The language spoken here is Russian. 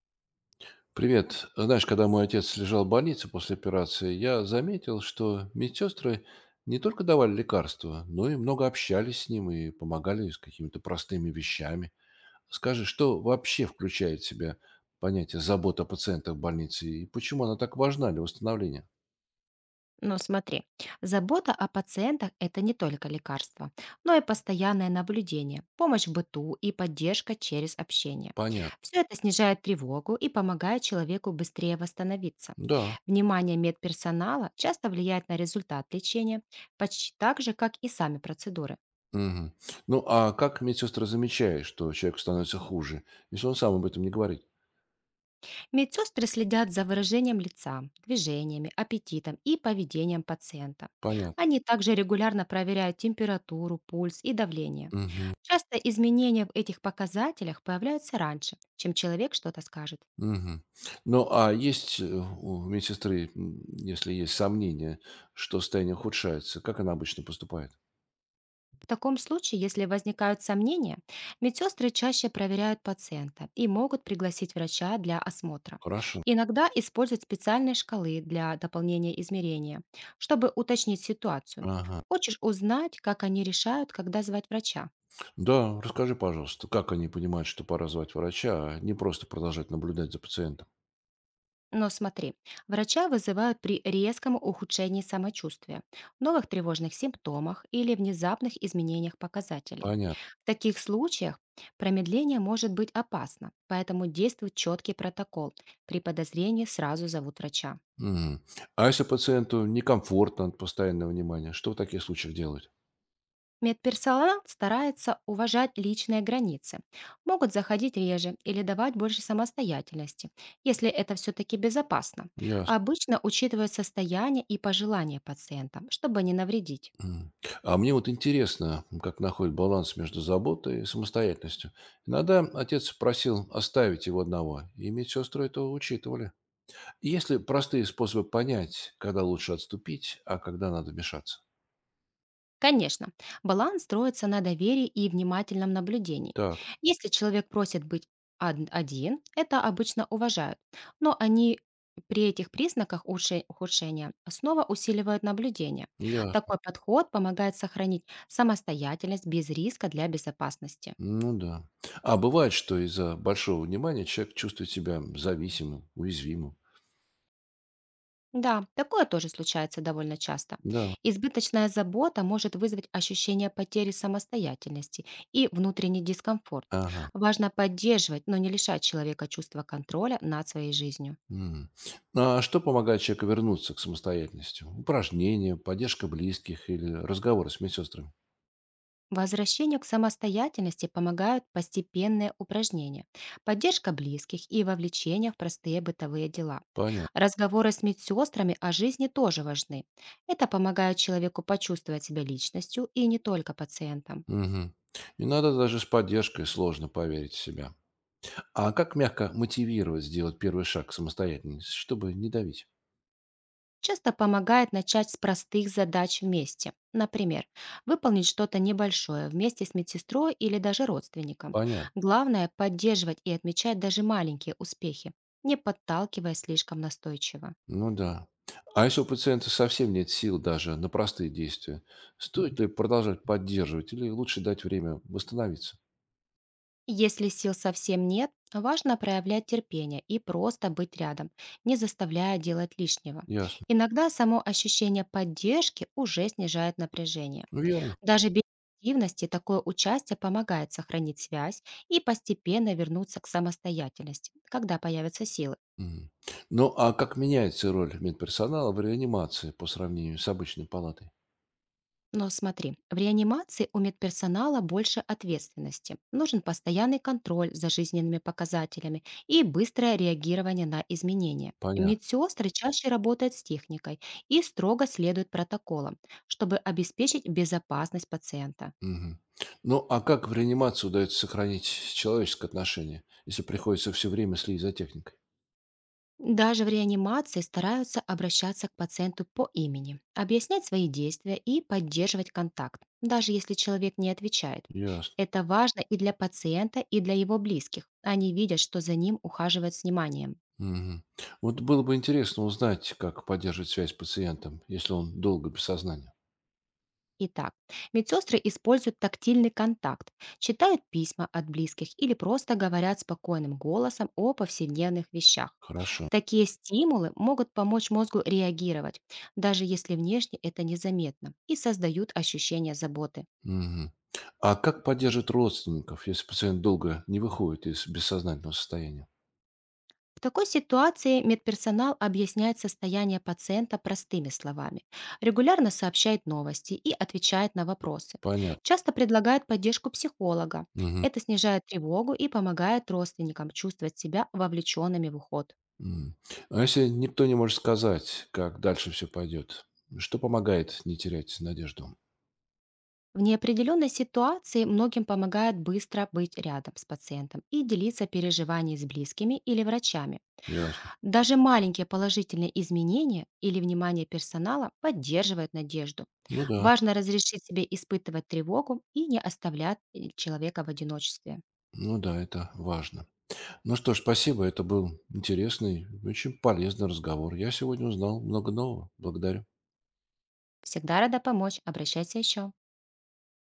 Привет. Знаешь, когда мой отец лежал в больнице после операции, я заметил, что медсестры не только давали лекарства, но и много общались с ним и помогали с какими-то простыми вещами. Скажи, что вообще включает в себя понятие забота о пациентах в больнице и почему она так важна для восстановления? Ну, смотри, забота о пациентах– это не только лекарство, но и постоянное наблюдение, помощь в быту и поддержка через общение. Понятно. Все это снижает тревогу и помогает человеку быстрее восстановиться. Да. Внимание медперсонала часто влияет на результат лечения, почти так же, как и сами процедуры. Мгм. Ну, а как медсестра замечает, что человек становится хуже, если он сам об этом не говорит? Медсестры следят за выражением лица, движениями, аппетитом и поведением пациента. Понятно. Они также регулярно проверяют температуру, пульс и давление. Мгм. Часто изменения в этих показателях появляются раньше, чем человек что-то скажет. Мгм. Ну, а есть у медсестры, если есть сомнения, что состояние ухудшается, как она обычно поступает? В таком случае, если возникают сомнения, медсестры чаще проверяют пациента и могут пригласить врача для осмотра. Хорошо. Иногда используют специальные шкалы для дополнения измерения, чтобы уточнить ситуацию. Ага. Хочешь узнать, как они решают, когда звать врача? Да, расскажи, пожалуйста, как они понимают, что пора звать врача, а не просто продолжать наблюдать за пациентом? Но смотри, врача вызывают при резком ухудшении самочувствия, новых тревожных симптомах или внезапных изменениях показателей. Понятно. В таких случаях промедление может быть опасно, поэтому действует четкий протокол. При подозрении сразу зовут врача. Мгм. А если пациенту некомфортно от постоянного внимания, что в таких случаях делать? Медперсонал старается уважать личные границы. Могут заходить реже или давать больше самостоятельности, если это все-таки безопасно. Ясно. Обычно учитывают состояние и пожелания пациента, чтобы не навредить. М. А мне вот интересно, как находит баланс между заботой и самостоятельностью. Иногда отец просил оставить его одного, и медсестры это учитывали. Есть ли простые способы понять, когда лучше отступить, а когда надо вмешаться? Конечно, баланс строится на доверии и внимательном наблюдении. Так, Если человек просит быть один, это обычно уважают, но они при этих признаках ухудшения снова усиливают наблюдение. ясно. Такой подход помогает сохранить самостоятельность без риска для безопасности. Ну да. А бывает, что из-за большого внимания человек чувствует себя зависимым, уязвимым. Да, такое тоже случается довольно часто. Да. Избыточная забота может вызвать ощущение потери самостоятельности и внутренний дискомфорт. Ага. Важно поддерживать, но не лишать человека чувства контроля над своей жизнью. М. А что помогает человеку вернуться к самостоятельности? Упражнения, поддержка близких или разговоры с медсестрами? Возвращению к самостоятельности помогают постепенные упражнения, поддержка близких и вовлечение в простые бытовые дела. Понятно. Разговоры с медсестрами о жизни тоже важны. Это помогает человеку почувствовать себя личностью и не только пациентом. Мгм. И надо даже с поддержкой сложно поверить в себя. А как мягко мотивировать сделать первый шаг к самостоятельности, чтобы не давить? Часто помогает начать с простых задач вместе. Например, выполнить что-то небольшое вместе с медсестрой или даже родственником. Понятно. Главное– поддерживать и отмечать даже маленькие успехи, не подталкивая слишком настойчиво. Ну да. А если у пациента совсем нет сил даже на простые действия, стоит ли продолжать поддерживать или лучше дать время восстановиться? Если сил совсем нет, важно проявлять терпение и просто быть рядом, не заставляя делать лишнего. Ясно. Иногда само ощущение поддержки уже снижает напряжение. Верно. Даже без активности такое участие помогает сохранить связь и постепенно вернуться к самостоятельности, когда появятся силы. Мгм. Ну а как меняется роль медперсонала в реанимации по сравнению с обычной палатой? Но смотри, в реанимации у медперсонала больше ответственности. Нужен постоянный контроль за жизненными показателями и быстрое реагирование на изменения. Понятно. Медсестры чаще работают с техникой и строго следуют протоколам, чтобы обеспечить безопасность пациента. Мгм. Ну, а как в реанимации удается сохранить человеческое отношение, если приходится все время следить за техникой? Даже в реанимации стараются обращаться к пациенту по имени, объяснять свои действия и поддерживать контакт, даже если человек не отвечает. Ясно. Это важно и для пациента, и для его близких. Они видят, что за ним ухаживают с вниманием. Мгм. Вот было бы интересно узнать, как поддерживать связь с пациентом, если он долго без сознания. Итак, медсестры используют тактильный контакт, читают письма от близких или просто говорят спокойным голосом о повседневных вещах. Хорошо. Такие стимулы могут помочь мозгу реагировать, даже если внешне это незаметно, и создают ощущение заботы. Мгм. А как поддерживать родственников, если пациент долго не выходит из бессознательного состояния? В такой ситуации медперсонал объясняет состояние пациента простыми словами, регулярно сообщает новости и отвечает на вопросы. Понятно. Часто предлагает поддержку психолога. Мгм. Это снижает тревогу и помогает родственникам чувствовать себя вовлеченными в уход. М. А если никто не может сказать, как дальше все пойдет, что помогает не терять надежду? В неопределенной ситуации многим помогает быстро быть рядом с пациентом и делиться переживаниями с близкими или врачами. Ясно. Даже маленькие положительные изменения или внимание персонала поддерживают надежду. Ну да. Важно разрешить себе испытывать тревогу и не оставлять человека в одиночестве. Ну да, это важно. Ну что ж, спасибо. Это был интересный, очень полезный разговор. Я сегодня узнал много нового. Благодарю. Всегда рада помочь, обращайся еще.